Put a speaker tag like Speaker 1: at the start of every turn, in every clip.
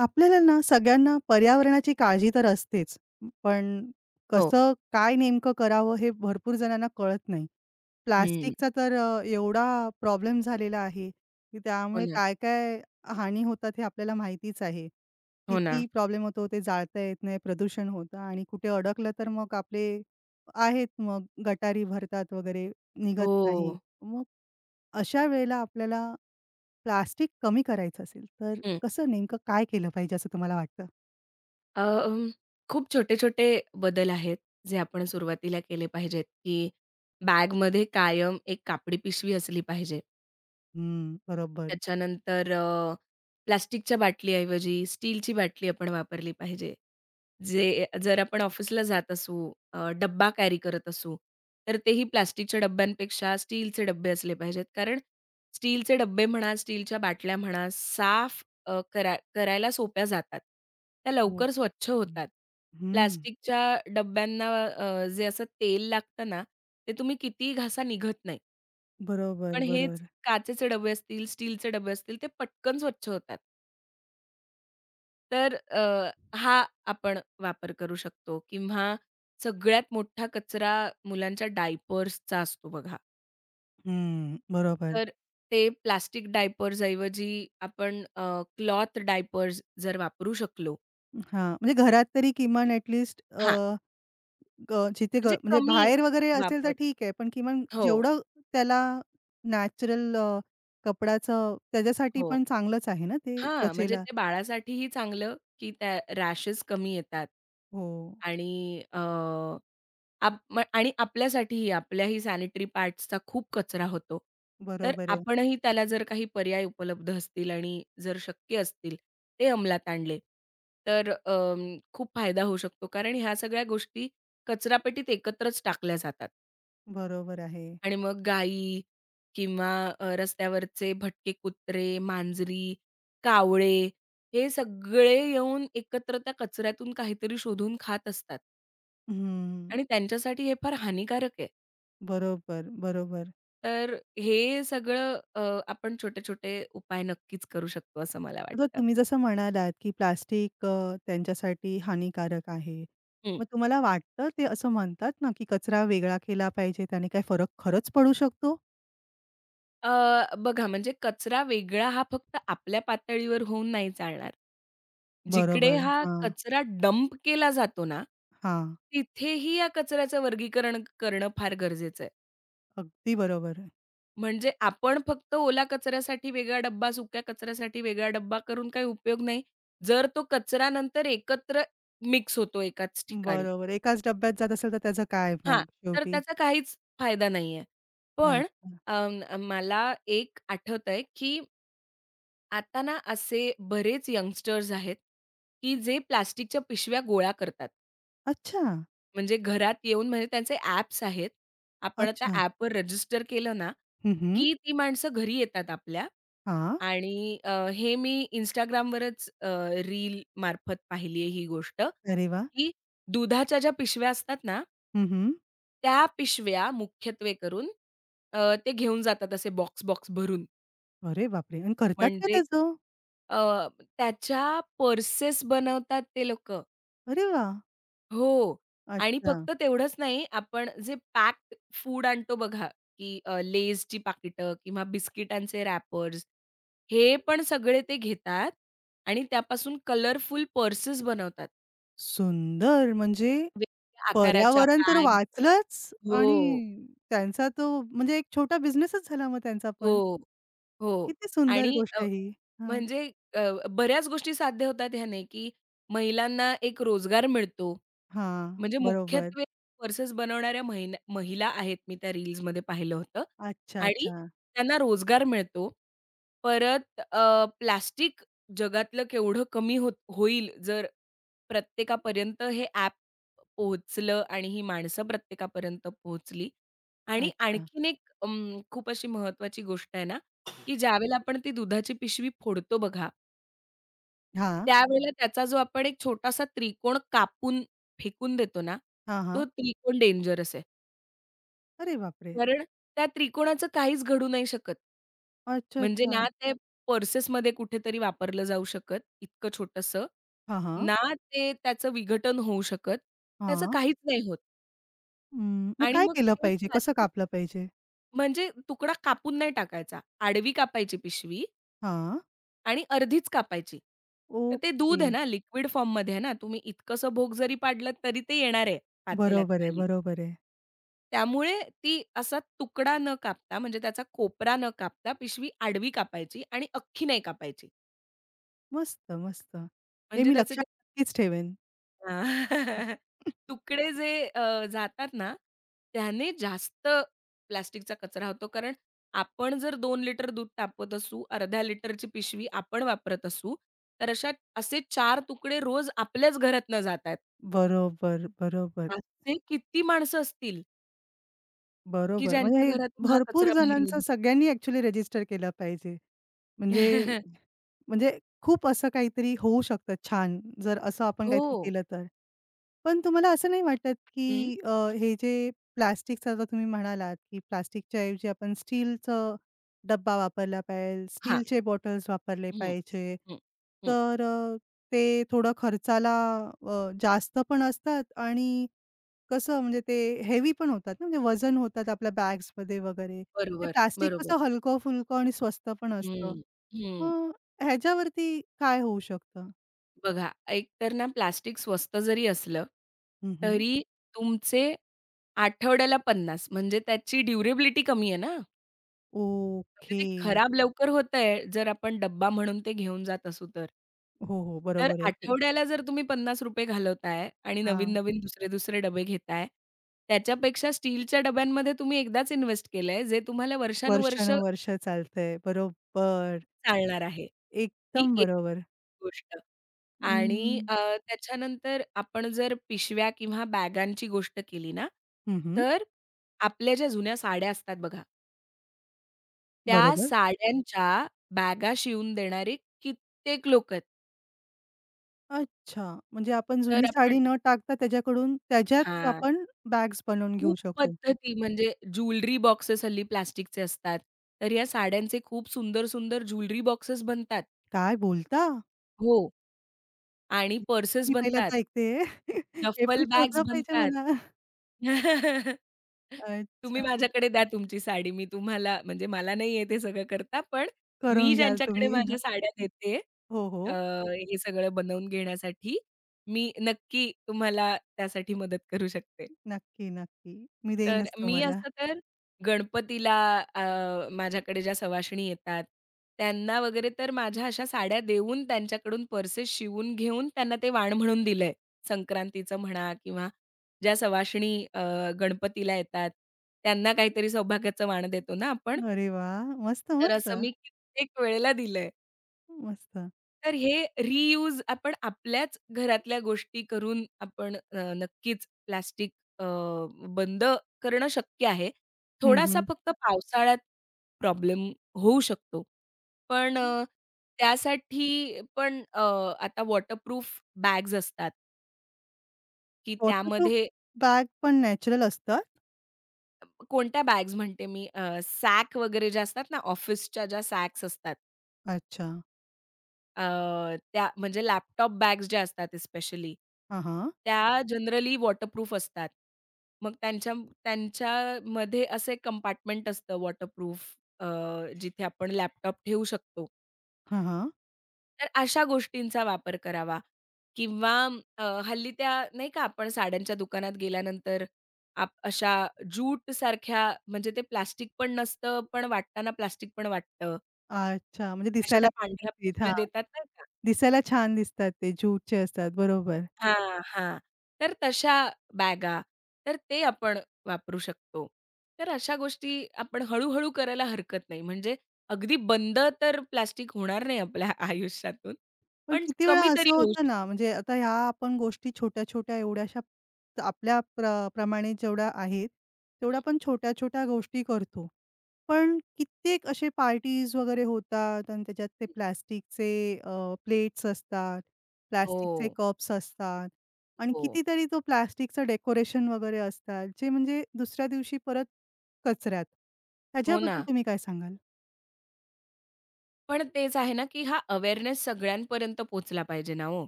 Speaker 1: आपल्याला ना सगळ्यांना पर्यावरणाची काळजी तर असतेच. पण
Speaker 2: हो.
Speaker 1: कसं काय नेमकं करावं हे भरपूर जणांना कळत नाही.
Speaker 2: हं.
Speaker 1: प्लास्टिकचा तर एवढा प्रॉब्लेम झालेला आहे, की
Speaker 2: हो
Speaker 1: त्यामुळे
Speaker 2: ना.
Speaker 1: काय-काय हानी होतात हे आपल्याला माहितीच आहे.
Speaker 2: हो ना.
Speaker 1: किती प्रॉब्लेम होतो ते जाळता येत नाही, प्रदूषण होतं आणि कुठे अडकलं तर मग आपले आहेत मग गटारी भरतात वगैरे निघत
Speaker 2: हो.
Speaker 1: नाही. मग अशा वेळेला आपल्याला प्लास्टिक कमी करायचं असेल, तर
Speaker 2: हं.
Speaker 1: कसं नेमकं काय केलं पाहिजे असं तुम्हाला वाटतं?
Speaker 2: अ, खूप छोटे-छोटे बदल आहेत, जे आपण सुरुवातीला केले पाहिजेत, की बॅगमध्ये कायम एक कापडी पिशवी असली पाहिजे.
Speaker 1: हं, बरोबर.
Speaker 2: त्याच्यानंतर प्लास्टिकच्या बाटलीऐवजी स्टीलची बाटली आपण वापरली पाहिजे. जे जर आपण ऑफिसला जात असू, डब्बा कॅरी करत असू, तर तेही प्लास्टिकच्या डब्यांपेक्षा स्टीलचे डब्बे असले पाहिजेत. कारण स्टीलचे डब्बे म्हणा, स्टीलच्या बाटल्या म्हणा, साफ करायला सोप्या जातात. त्या
Speaker 1: ओके.
Speaker 2: लवकर स्वच्छ होतात.
Speaker 1: हं.
Speaker 2: प्लास्टिकच्या डब्यांना जे असं तेल लागतं ना, ते तुम्ही कितीही घासा निघत नाही. पण
Speaker 1: बरोबर,
Speaker 2: हेच
Speaker 1: बरोबर.
Speaker 2: काचेचे डबे असतील, स्टीलचे डबे असतील, ते पटकन स्वच्छ होतात. तर हा आपण वापर करू शकतो किंवा सगळ्यात मोठा कचरा मुलांच्या डायपर्सचा असतो बघा.
Speaker 1: हं, बरोबर.
Speaker 2: तर ते प्लास्टिक डायपर्स ऐवजी आपण क्लॉथ डायपर्स जर वापरू शकलो
Speaker 1: हां, म्हणजे घरात तरी किमान ॲटलीस्ट
Speaker 2: हां,
Speaker 1: ग जिथे ग
Speaker 2: म्हणजे
Speaker 1: म्हणजे
Speaker 2: कमी
Speaker 1: बाहेर वगैरे असेल तर
Speaker 2: वापर
Speaker 1: ठीक आहे, पण किमान
Speaker 2: हो,
Speaker 1: जेवढं त्याला नॅचरल कपड्याचं त्याच्यासाठी
Speaker 2: हो.
Speaker 1: पण चांगलंच आहे ना ते
Speaker 2: हां, म्हणजे
Speaker 1: त्वचेला.
Speaker 2: ते बाळासाठीही चांगलं, की त्या रॅशेस कमी येतात
Speaker 1: हो,
Speaker 2: आणि आप म आणि आपल्यासाठीही, आपल्याही सॅनिटरी पॅड्सचा खूप कचरा होतो. तर
Speaker 1: बरोबर आहे,
Speaker 2: आपणही त्याला जर काही पर्याय उपलब्ध असतील आणि जर शक्य असतील, ते अंमलात आणले, तर खूप फायदा होऊ शकतो. कारण ह्या सगळ्या गोष्टी कचरापेटीत एकत्रच टाकल्या जातात
Speaker 1: बरोबर आहे.
Speaker 2: आणि मग गायी किंवा रस्त्यावरचे भटके कुत्रे, मांजरी, कावळे हे सगळे येऊन एकत्र त्या कचऱ्यातून काहीतरी शोधून खात असतात
Speaker 1: हं,
Speaker 2: आणि त्यांच्यासाठी हे फार हानिकारक आहे.
Speaker 1: बरोबर, बरोबर.
Speaker 2: तर हे सगळं आपण छोटे-छोटे उपाय नक्कीच करू शकतो असं मला
Speaker 1: आता
Speaker 2: वाटतं.
Speaker 1: तुम्ही जसं म्हणालात, की प्लास्टिक त्यांच्यासाठी हानिकारक आहे.
Speaker 2: हं.
Speaker 1: मग तुम्हाला वाटतं ते असं म्हणतात ना, की कचरा वेगळा केला पाहिजे, त्याने काय फरक खरंच पडू शकतो?
Speaker 2: बघा, म्हणजे कचरा वेगळा हा फक्त आपल्या पातळीवर होऊन नाही चालणार. जिकडे
Speaker 1: बरोबर.
Speaker 2: हा
Speaker 1: हां,
Speaker 2: कचरा डंप केला जातो ना,
Speaker 1: हां.
Speaker 2: तिथेही या कचऱ्याचं वर्गीकरण करणं फार गरजेचं आहे.
Speaker 1: अगदी बरोबर आहे.
Speaker 2: म्हणजे आपण फक्त ओला कचऱ्यासाठी वेगळा डब्बा, सुक्या कचऱ्यासाठी वेगळा डब्बा करून काही उपयोग नाही. जर तो कचरा नंतर एकत्र मिक्स होतो एकाच ठिकाणी.
Speaker 1: बरोबर. एकाच डब्यात जात असेल तर त्याचं काय
Speaker 2: हां,
Speaker 1: मग
Speaker 2: तर
Speaker 1: शेवटी?
Speaker 2: त्याचा काहीच फायदा नाहीये. पण
Speaker 1: अच्छा.
Speaker 2: मला एक आठवतंय, की आता ना असे बरेच यंगस्टर्स आहेत, की जे प्लास्टिकच्या पिशव्या गोळा करतात.
Speaker 1: अच्छा.
Speaker 2: म्हणजे घरात येऊन म्हणजे त्यांचे ॲप्स आहेत. आपण त्या
Speaker 1: अच्छा.
Speaker 2: ॲपवर रजिस्टर केलं ना,
Speaker 1: हं, हं.
Speaker 2: की ती माणसं घरी येतात आपल्या
Speaker 1: हां.
Speaker 2: आणि हे मी Instagramवरच रील मार्फत पाहिली आहे ही गोष्ट,
Speaker 1: अरे वाह!
Speaker 2: की दुधाच्या ज्या पिशव्या असतात ना
Speaker 1: हं, हं.
Speaker 2: त्या पिशव्या मुख्यत्वे करून ते घेऊन जातात असे बॉक्स-बॉक्स भरून.
Speaker 1: अरे बापरे! आणि करतात काय
Speaker 2: म्हणजे
Speaker 1: त्याचं?
Speaker 2: अ, त्याच्या पर्सेस बनवतात ते लोक,
Speaker 1: अरे वाह!
Speaker 2: हो. आणि
Speaker 1: अच्छा.
Speaker 2: फक्त तेवढंच नाही, आपण जे पॅक्ड फूड आणतो बघा, की Layची पाकिटं किंवा बिस्किटांचे रॅपर्स, हे पण सगळे ते घेतात आणि त्यापासून कलरफुल पर्सेस बनवतात.
Speaker 1: सुंदर म्हणजे
Speaker 2: वेगवेगळ्या आकाराच्या
Speaker 1: पर्यावरण तर
Speaker 2: बॅग्स.
Speaker 1: वाचलंच
Speaker 2: हो,
Speaker 1: आणि त्यांचा तो म्हणजे एक छोटा बिझनेसच झाला मग त्यांचा पण.
Speaker 2: हो, हो.
Speaker 1: किती सुंदर
Speaker 2: आणि
Speaker 1: गोष्ट आहे ही. हां.
Speaker 2: म्हणजे बऱ्याच गोष्टी साध्य होतात ह्याने, की महिलांना एक रोजगार मिळतो.
Speaker 1: हां,
Speaker 2: म्हणजे
Speaker 1: बरोबर.
Speaker 2: मुख्यत्वे पर्सेस बनवणाऱ्या महिला आहेत, मी त्या रील्समध्ये पाहिलं होतं
Speaker 1: अच्छा,
Speaker 2: आणि
Speaker 1: अच्छा,
Speaker 2: त्यांना रोजगार मिळतो. परत प्लास्टिक जगातलं केवढं कमी होत होईल, जर प्रत्येकापर्यंत हे ॲप पोहोचलं आणि ही माणसं प्रत्येकापर्यंत पोहोचली आणि
Speaker 1: अच्छा.
Speaker 2: आणखीन एक खूप अशी महत्त्वाची गोष्ट आहे ना, की ज्यावेळेला आपण ती दुधाची पिशवी फोडतो बघा,
Speaker 1: हां,
Speaker 2: त्यावेळेला त्याचा जो आपण एक छोटासा त्रिकोण कापून फेकून देतो ना,
Speaker 1: हां,
Speaker 2: तो
Speaker 1: हां.
Speaker 2: त्रिकोण डेंजरस आहे.
Speaker 1: अरे बापरे!
Speaker 2: कारण त्या त्रिकोणाचं काहीच घडू नाही शकत.
Speaker 1: अच्छा,
Speaker 2: म्हणजे
Speaker 1: अच्छा.
Speaker 2: ना ते पर्सेसमध्ये कुठेतरी वापरलं जाऊ शकत, इतकं छोटंसं.
Speaker 1: हां, हां,
Speaker 2: ना ते त्याचं विघटन होऊ शकत. त्याचं
Speaker 1: हां.
Speaker 2: काहीच नाही होत
Speaker 1: हं, मग
Speaker 2: आणि
Speaker 1: काय
Speaker 2: मग
Speaker 1: केलं
Speaker 2: ते
Speaker 1: पाहिजे? कसं
Speaker 2: प्लास्टिक
Speaker 1: कापलं पाहिजे?
Speaker 2: म्हणजे तुकडा कापून नाही टाकायचा, आडवी कापायची पिशवी
Speaker 1: हां,
Speaker 2: आणि अर्धीच कापायची. तर ते
Speaker 1: ओके.
Speaker 2: दूध आहे ना, लिक्विड फॉर्ममध्ये आहे ना, तुम्ही इतकंसं भोग जरी पाडलं तरी ते येणार आहे पातेल्यात
Speaker 1: बरोबर आहे,
Speaker 2: खाली.
Speaker 1: बरोबर आहे.
Speaker 2: त्यामुळे ती असा तुकडा न कापता म्हणजे त्याचा कोपरा न कापता पिशवी आडवी कापायची आणि अख्खी नाही कापायची.
Speaker 1: मस्त, मस्त. हे
Speaker 2: म्हणजे
Speaker 1: मी
Speaker 2: त्याचे ते
Speaker 1: लक्षात नक्कीच ठेवेन.
Speaker 2: हां. तुकडे जे जातात ना, त्याने जास्त प्लास्टिकचा कचरा होतो. कारण आपण जर 2 लिटर दूध तापवत असू, अर्ध्या लिटरची पिशवी आपण वापरत असू, तर असे चार तुकडे रोज आपल्याच घरातनं जातायत.
Speaker 1: बरोबर, बरोबर.
Speaker 2: असे किती माणसं असतील, की
Speaker 1: बरोबर. म्हणजे
Speaker 2: ज्यांच्या
Speaker 1: हे
Speaker 2: घरातून हा
Speaker 1: भरपूर
Speaker 2: कचरा बाहेर
Speaker 1: जणांचं
Speaker 2: निघतो?
Speaker 1: सगळ्यांनी ॲक्चुअली रजिस्टर केलं पाहिजे. म्हणजे म्हणजे खूप असं काहीतरी होऊ शकतं छान, जर असं आपण काहीतरी
Speaker 2: हो.
Speaker 1: केलं तर. पण तुम्हाला असं नाही वाटत,
Speaker 2: हं.
Speaker 1: की हे जे प्लास्टिकचं आता तुम्ही म्हणालात, की प्लास्टिकच्या ऐवजी आपण स्टीलचं डब्बा वापरला पाहिजे,
Speaker 2: हां.
Speaker 1: स्टीलचे बॉटल्स वापरले
Speaker 2: हं,
Speaker 1: पाहिजे.
Speaker 2: हं, हं.
Speaker 1: तर ते थोडं खर्चाला जास्त पण असतात आणि कसं म्हणजे ते हेवी पण होतात ना, म्हणजे वजन होतात आपल्या बॅग्समध्ये वगैरे. ते
Speaker 2: बरोबर,
Speaker 1: प्लास्टिक
Speaker 2: बरोबर.
Speaker 1: कसं हलकं-फुलकं आणि स्वस्त पण असतं.
Speaker 2: हं, हं.
Speaker 1: मग ह्याच्यावरती काय होऊ शकतं?
Speaker 2: बघा, एक तर ना प्लास्टिक स्वस्त जरी असलं,
Speaker 1: हं, हं.
Speaker 2: तरी तुमचे आठवड्याला 50, म्हणजे त्याची ड्युरेबिलिटी कमी आहे ना. म्हणजे
Speaker 1: ओके.
Speaker 2: ते खराब लवकर होतंय, जर आपण डब्बा म्हणून ते घेऊन जात असू तर.
Speaker 1: हो, हो.
Speaker 2: तर
Speaker 1: बरोबर आहे ते.
Speaker 2: आठवड्याला जर तुम्ही ₹50 घालवताय आणि
Speaker 1: हां.
Speaker 2: नवीन-नवीन दुसरे-दुसरे डबे घेताय, त्याच्यापेक्षा स्टीलच्या डब्यांमध्ये तुम्ही एकदाच इन्व्हेस्ट केलंय, जे तुम्हाला वर्षानुवर्ष
Speaker 1: वर्षानुवर्ष चालतंय. बरोबर.
Speaker 2: चालणार आहे. ही
Speaker 1: एकदम बरोबर.
Speaker 2: गोष्ट
Speaker 1: अं,
Speaker 2: आणि त्याच्यानंतर आपण जर पिशव्या किंवा बॅगांची गोष्ट केली ना,
Speaker 1: हं, हं.
Speaker 2: तर आपल्या ज्या जुन्या साड्या असतात बघा, त्या
Speaker 1: बरोबर.
Speaker 2: साड्यांच्या बॅगा शिवून देणारे कित्येक लोकं आहेत.
Speaker 1: अच्छा. म्हणजे आपण
Speaker 2: तर
Speaker 1: जुनी
Speaker 2: आपण
Speaker 1: साडी न टाकता त्याच्याकडून त्याच्याच
Speaker 2: हां,
Speaker 1: आपण बॅग्स बनवून घेऊ
Speaker 2: खूप
Speaker 1: शकतो.
Speaker 2: पद्धती म्हणजे ज्वेलरी बॉक्सेस हल्ली प्लास्टिकचे असतात. तर या साड्यांचे खूप सुंदर, सुंदर ज्वेलरी बॉक्सेस बनतात.
Speaker 1: काय बोलता?
Speaker 2: हो. आणि पर्सेस
Speaker 1: मी
Speaker 2: बनतात.
Speaker 1: पहिल्यांदा ऐकतेय. हे
Speaker 2: डफल
Speaker 1: पण
Speaker 2: बॅग्स
Speaker 1: शोधलं पाहिजे
Speaker 2: बनतात.
Speaker 1: मला.
Speaker 2: तुम्ही
Speaker 1: अच्छा.
Speaker 2: माझ्याकडे द्या तुमची साडी. मी तुम्हाला म्हणजे मला नाही येत हे सगळं करता, पण मी
Speaker 1: करून घ्याल
Speaker 2: ज्यांच्याकडे
Speaker 1: तुम्ही.
Speaker 2: माझ्या साड्या देते
Speaker 1: हो,
Speaker 2: अ,
Speaker 1: हो.
Speaker 2: हे सगळं बनवून घेण्यासाठी, मी नक्की तुम्हाला त्यासाठी मदत करू शकते.
Speaker 1: नक्की, नक्की. मी
Speaker 2: तर
Speaker 1: देईनच
Speaker 2: मी हं.
Speaker 1: तुम्हाला.
Speaker 2: असं तर गणपतीला अ, माझ्याकडे ज्या सवाशिणी येतात, त्यांना वगैरे तर माझ्या अशा साड्या देऊन त्यांच्याकडून पर्सेस शिवून घेऊन त्यांना ते वाण म्हणून दिलंय. संक्रांतीचं म्हणा किंवा ज्या सवाशिणी गणपतीला येतात, त्यांना काहीतरी सौभाग्याचं वाण देतो ना आपण,
Speaker 1: अरे वा मस्त,
Speaker 2: तर
Speaker 1: मस्त.
Speaker 2: असं मी कित्येक वेळेला दिलंय.
Speaker 1: मस्त.
Speaker 2: तर हे रियूज आपण आपल्याच घरातल्या गोष्टी करून आपण नक्कीच प्लास्टिक अ, बंद करणं शक्य आहे.
Speaker 1: हं,
Speaker 2: थोडासा
Speaker 1: हं.
Speaker 2: फक्त पावसाळ्यात प्रॉब्लेम होऊ शकतो. पण त्यासाठी पण आता वॉटरप्रूफ बॅग्स असतात, की
Speaker 1: वॉटरप्रूफ
Speaker 2: त्यामध्ये
Speaker 1: बॅग पण नॅचरल असतात?
Speaker 2: कोणत्या बॅग्स म्हणते मी सॅक वगैरे ज्या असतात ना, ऑफिसच्या ज्या सॅक्स असतात.
Speaker 1: अच्छा.
Speaker 2: त्या म्हणजे लॅपटॉप बॅग्स ज्या असतात स्पेशली,
Speaker 1: हां, हां.
Speaker 2: त्या जनरली वॉटरप्रूफ असतात. मग त्यांच्यामध्ये असे एक कंपार्टमेंट असतं वॉटरप्रूफ, अ, जिथे आपण लॅपटॉप ठेवू शकतो.
Speaker 1: हां, हां.
Speaker 2: तर अशा गोष्टींचा वापर करावा किंवा हल्ली त्या नाही का आपण साड्यांच्या दुकानात गेल्यानंतर अशा ज्यूटसारख्या, म्हणजे ते प्लास्टिक पण नसतं, पण वाटताना प्लास्टिक पण वाटतं.
Speaker 1: अच्छा. म्हणजे
Speaker 2: अशा
Speaker 1: दिसायला
Speaker 2: त्या पांढऱ्या
Speaker 1: हां.
Speaker 2: पिशव्या देतात नाही का?
Speaker 1: दिसायला छान दिसतात ते ज्यूटचे असतात. बरोबर.
Speaker 2: हां, हां. तर तशा बॅगा, तर ते आपण वापरू शकतो. तर अशा गोष्टी आपण हळू-हळू करायला हरकत नाही. म्हणजे अगदी बंद तर प्लास्टिक होणार नाही आपल्या आयुष्यातून,
Speaker 1: पण
Speaker 2: पण
Speaker 1: किती वेळा
Speaker 2: कमी तरी
Speaker 1: असं
Speaker 2: होऊ
Speaker 1: होतं ना,
Speaker 2: शकतं.
Speaker 1: म्हणजे आता ह्या आपण गोष्टी छोट्या-छोट्या एवढ्याशा आपल्या प्रमाणे जेवढ्या आहेत, तेवढ्या
Speaker 2: हं,
Speaker 1: आपण छोट्या-छोट्या गोष्टी करतो. पण कित्येक असे पार्टीज वगैरे होतात आणि त्याच्यात ते प्लास्टिकचे प्लेट्स असतात,
Speaker 2: हो,
Speaker 1: प्लास्टिकचे कप्स असतात आणि
Speaker 2: हो.
Speaker 1: कितीतरी तो प्लास्टिकचं डेकोरेशन वगैरे असतात, जे म्हणजे दुसऱ्या दिवशी परत कचऱ्यात.
Speaker 2: हो
Speaker 1: त्याच्याबद्दल
Speaker 2: ना.
Speaker 1: तुम्ही काय सांगाल?
Speaker 2: पण तेच आहे ना, की हा अवेअरनेस सगळ्यांपर्यंत पोहोचला पाहिजे ना हो.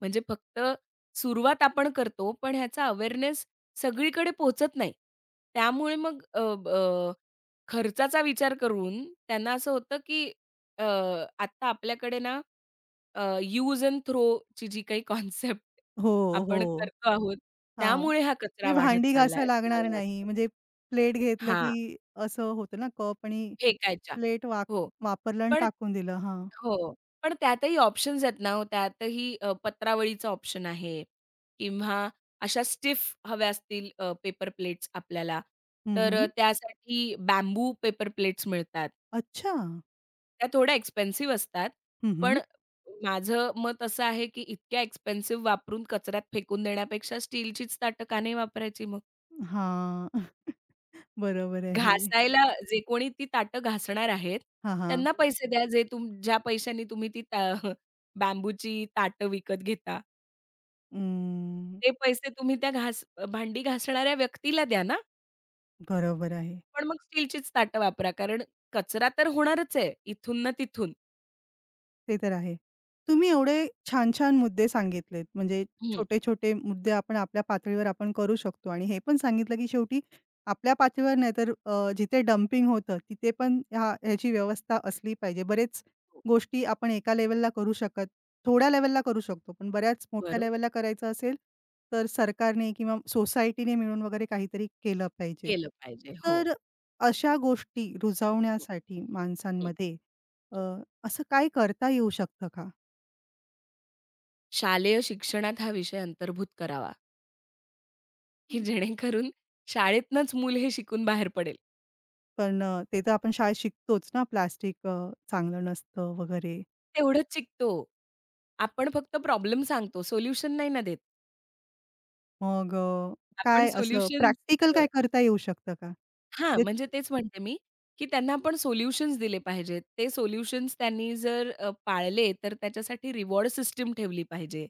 Speaker 2: म्हणजे फक्त सुरुवात आपण करतो, पण ह्याचा अवेअरनेस सगळीकडे पोहोचत नाही. त्यामुळे मग खर्चाचा विचार करून त्यांना असं होतं, की अ, आता आपल्याकडे ना यूज एंड थ्रोची जी काही कॉन्सेप्ट
Speaker 1: हो,
Speaker 2: आपण
Speaker 1: हो.
Speaker 2: करतो आहोत,
Speaker 1: हां,
Speaker 2: त्यामुळे हा कचरा
Speaker 1: म्हणजे
Speaker 2: वाढत
Speaker 1: भांडी
Speaker 2: चाललाय
Speaker 1: घासायला
Speaker 2: असं
Speaker 1: लागणार
Speaker 2: मला
Speaker 1: नाही.
Speaker 2: वाटतं.
Speaker 1: म्हणजे प्लेट घेतलं
Speaker 2: हां,
Speaker 1: की असं होतं ना कप आणि
Speaker 2: फेकायच्या.
Speaker 1: प्लेट
Speaker 2: हो,
Speaker 1: वापरलं आणि
Speaker 2: पण
Speaker 1: टाकून दिलं. हां.
Speaker 2: हो, पण त्यातही ऑप्शन्स आहेत ना हो, त्यातही पत्रावळीचा ऑप्शन आहे किंवा अशा स्टिफ हव्या असतील पेपर प्लेट्स आपल्याला,
Speaker 1: हं,
Speaker 2: तर
Speaker 1: हं.
Speaker 2: त्यासाठी बॅम्बू पेपर प्लेट्स मिळतात.
Speaker 1: अच्छा.
Speaker 2: त्या थोड्या एक्सपेन्सिव्ह असतात.
Speaker 1: हं, हं.
Speaker 2: पण माझं मत असं आहे, की इतक्या एक्सपेन्सिव्ह वापरून कचऱ्यात फेकून देण्यापेक्षा स्टीलचीच ताटं का नाही वापरायची मग?
Speaker 1: हां. बरोबर आहे.
Speaker 2: घासायला जे कोणी ती ताटं घासणार आहेत,
Speaker 1: हां, हां.
Speaker 2: त्यांना पैसे द्या, जे ज्या पैशांनी तुम्ही ती ता बांबूची ताटं विकत घेता.
Speaker 1: अं,
Speaker 2: ते पैसे तुम्ही त्या भांडी घासणाऱ्या व्यक्तीला द्या ना.
Speaker 1: बरोबर आहे.
Speaker 2: पण मग स्टीलचीच ताटं वापरा. कारण कचरा तर होणारच आहे इथून ना तिथून.
Speaker 1: ते तर आहे. तुम्ही एवढे छान-छान मुद्दे सांगितलेत. म्हणजे
Speaker 2: हं.
Speaker 1: छोटे-छोटे मुद्दे आपण आपल्या पातळीवर आपण करू शकतो आणि हे पण सांगितलं, की शेवटी आपल्या पातळीवर नाही तर जिथे डंपिंग होतं तिथे पण ह्याची व्यवस्था असली पाहिजे. बरेच
Speaker 2: हो.
Speaker 1: गोष्टी आपण एका लेव्हलला करू शकत थोड्या लेव्हलला करू शकतो. पण बऱ्याच मोठ्या
Speaker 2: बरोबर.
Speaker 1: लेव्हलला करायचं असेल, तर सरकारने किंवा सोसायटीने मिळून वगैरे काहीतरी केलं पाहिजे.
Speaker 2: केलं पाहिजे. हो.
Speaker 1: तर अशा गोष्टी
Speaker 2: हं,
Speaker 1: रुजवण्यासाठी
Speaker 2: हं.
Speaker 1: माणसांमध्ये अ, असं काय करता येऊ शकतं का?
Speaker 2: शालेय शिक्षणात हा विषय अंतर्भूत करावा, की जेणेकरून शाळेतनंच मूल हे शिकून बाहेर पडेल.
Speaker 1: पण ते तर आपण शाळेत शिकतोच ना, प्लास्टिक चांगलं नसतं वगैरे.
Speaker 2: तेवढंच शिकतो. आपण फक्त प्रॉब्लेम सांगतो, सोल्युशन नाही ना देत.
Speaker 1: मग
Speaker 2: आपण
Speaker 1: काय असं
Speaker 2: सोल्युशन्स
Speaker 1: प्रॅक्टिकल
Speaker 2: अ,
Speaker 1: काय करता येऊ शकतं का?
Speaker 2: हां,
Speaker 1: म्हणजे
Speaker 2: म्हणजे तेच म्हणते मी, की त्यांना आपण सोल्युशन्स दिले पाहिजेत. ते सोल्युशन्स त्यांनी जर पाळले, तर त्याच्यासाठी रिवॉर्ड सिस्टम ठेवली पाहिजे.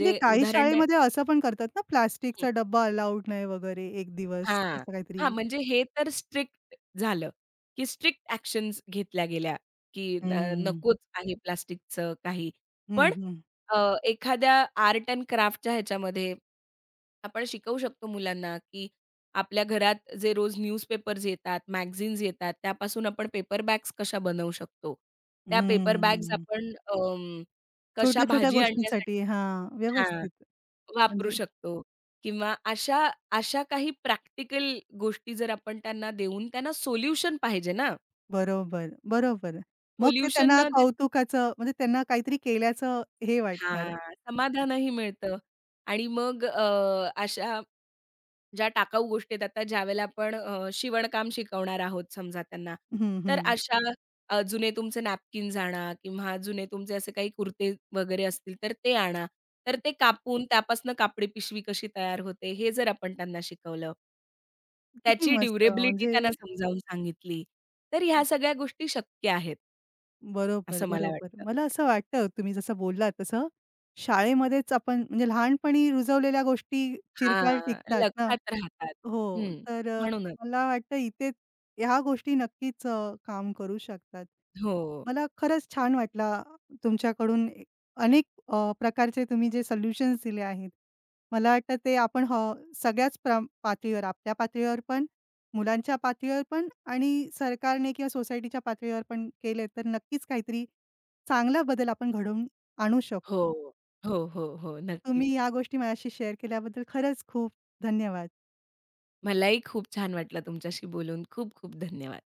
Speaker 1: म्हणजे काही
Speaker 2: उदाहरण द्या
Speaker 1: शाळेमध्ये असं पण करतात ना, प्लास्टिकचा डब्बा अलाउड नाही वगैरे 1 दिवस
Speaker 2: हां.
Speaker 1: असं
Speaker 2: हां,
Speaker 1: काहीतरी.
Speaker 2: म्हणजे हे तर स्ट्रिक्ट झालं, की स्ट्रिक्ट ॲक्शन्स घेतल्या गेल्या, की
Speaker 1: हं,
Speaker 2: नकोच आहे प्लास्टिकचं काही.
Speaker 1: हं,
Speaker 2: पण
Speaker 1: हं.
Speaker 2: अ, एखाद्या आर्ट एंड क्राफ्टच्या ह्याच्यामध्ये आपण शिकवू शकतो मुलांना, की आपल्या घरात जे रोज न्यूजपेपर्स येतात, मॅगझिन्स येतात, त्यापासून आपण पेपर बॅग्स कशा बनवू शकतो. त्या पेपर बॅग्स
Speaker 1: हं.
Speaker 2: आपण कशा
Speaker 1: छोट्या-छोट्या
Speaker 2: भाजी
Speaker 1: गोष्टींसाठी
Speaker 2: आणण्यासाठी
Speaker 1: हां,
Speaker 2: हां.
Speaker 1: व्यवस्थित
Speaker 2: वापरू
Speaker 1: म्हणजे
Speaker 2: शकतो किंवा अशा अशा काही प्रॅक्टिकल गोष्टी जर आपण त्यांना देऊन त्यांना सोल्युशन पाहिजे ना.
Speaker 1: बरोबर, बरोबर. मग ते
Speaker 2: सोल्युशन
Speaker 1: त्यांना
Speaker 2: न देता
Speaker 1: कौतुकाचं म्हणजे त्यांना काहीतरी केल्याचं हे वाटणार.
Speaker 2: हां, समाधानही मिळतं आणि मग अशा ज्या टाकाऊ गोष्टी आहेत आता ज्यावेळेला आपण शिवणकाम शिकवणार आहोत समजा त्यांना.
Speaker 1: हं,
Speaker 2: तर
Speaker 1: हं.
Speaker 2: अशा जुने तुमचे नॅपकिन्स आणा किंवा जुने तुमचे असे काही कुर्ते वगैरे असतील तर ते आणा. तर ते कापून त्यापासून कापडी पिशवी कशी तयार होते हे जर आपण त्यांना शिकवलं.
Speaker 1: किती
Speaker 2: त्याची
Speaker 1: मस्त
Speaker 2: ड्युरेबिलिटी
Speaker 1: म्हणजे
Speaker 2: त्यांना समजावून सांगितली. तर ह्या सगळ्या गोष्टी शक्य आहेत.
Speaker 1: बरोबर,
Speaker 2: असं मला
Speaker 1: बरोबर.
Speaker 2: वाटतं.
Speaker 1: मला असं वाटतं तुम्ही जसं बोललात तसं शाळेमध्येच आपण म्हणजे लहानपणी रुजवलेल्या गोष्टी चिरकाल
Speaker 2: हां,
Speaker 1: टिकतात ना.
Speaker 2: लक्षात राहतात.
Speaker 1: हो.
Speaker 2: हं.
Speaker 1: तर
Speaker 2: म्हणूनच.
Speaker 1: मला वाटतं इथे ह्या गोष्टी नक्कीच काम करू शकतात.
Speaker 2: हो.
Speaker 1: मला खरंच छान वाटला तुमच्याकडून अनेक प्रकारचे तुम्ही जे सोल्युशन्स दिले आहेत. मला वाटतं ते आपण सगळ्याच पातळीवर आपल्या पातळीवर पण, मुलांच्या पातळीवर पण आणि सरकारने किंवा सोसायटीच्या पातळीवर पण केले तर नक्कीच काहीतरी चांगला बदल आपण घडवून आणू शकतो.
Speaker 2: हो. हो, हो, हो. नक्कीच.
Speaker 1: तुम्ही या गोष्टी माझ्याशी शेअर केल्याबद्दल खरंच खूप धन्यवाद.
Speaker 2: मलाही खूप छान वाटलं तुमच्याशी बोलून. खूप खूप धन्यवाद.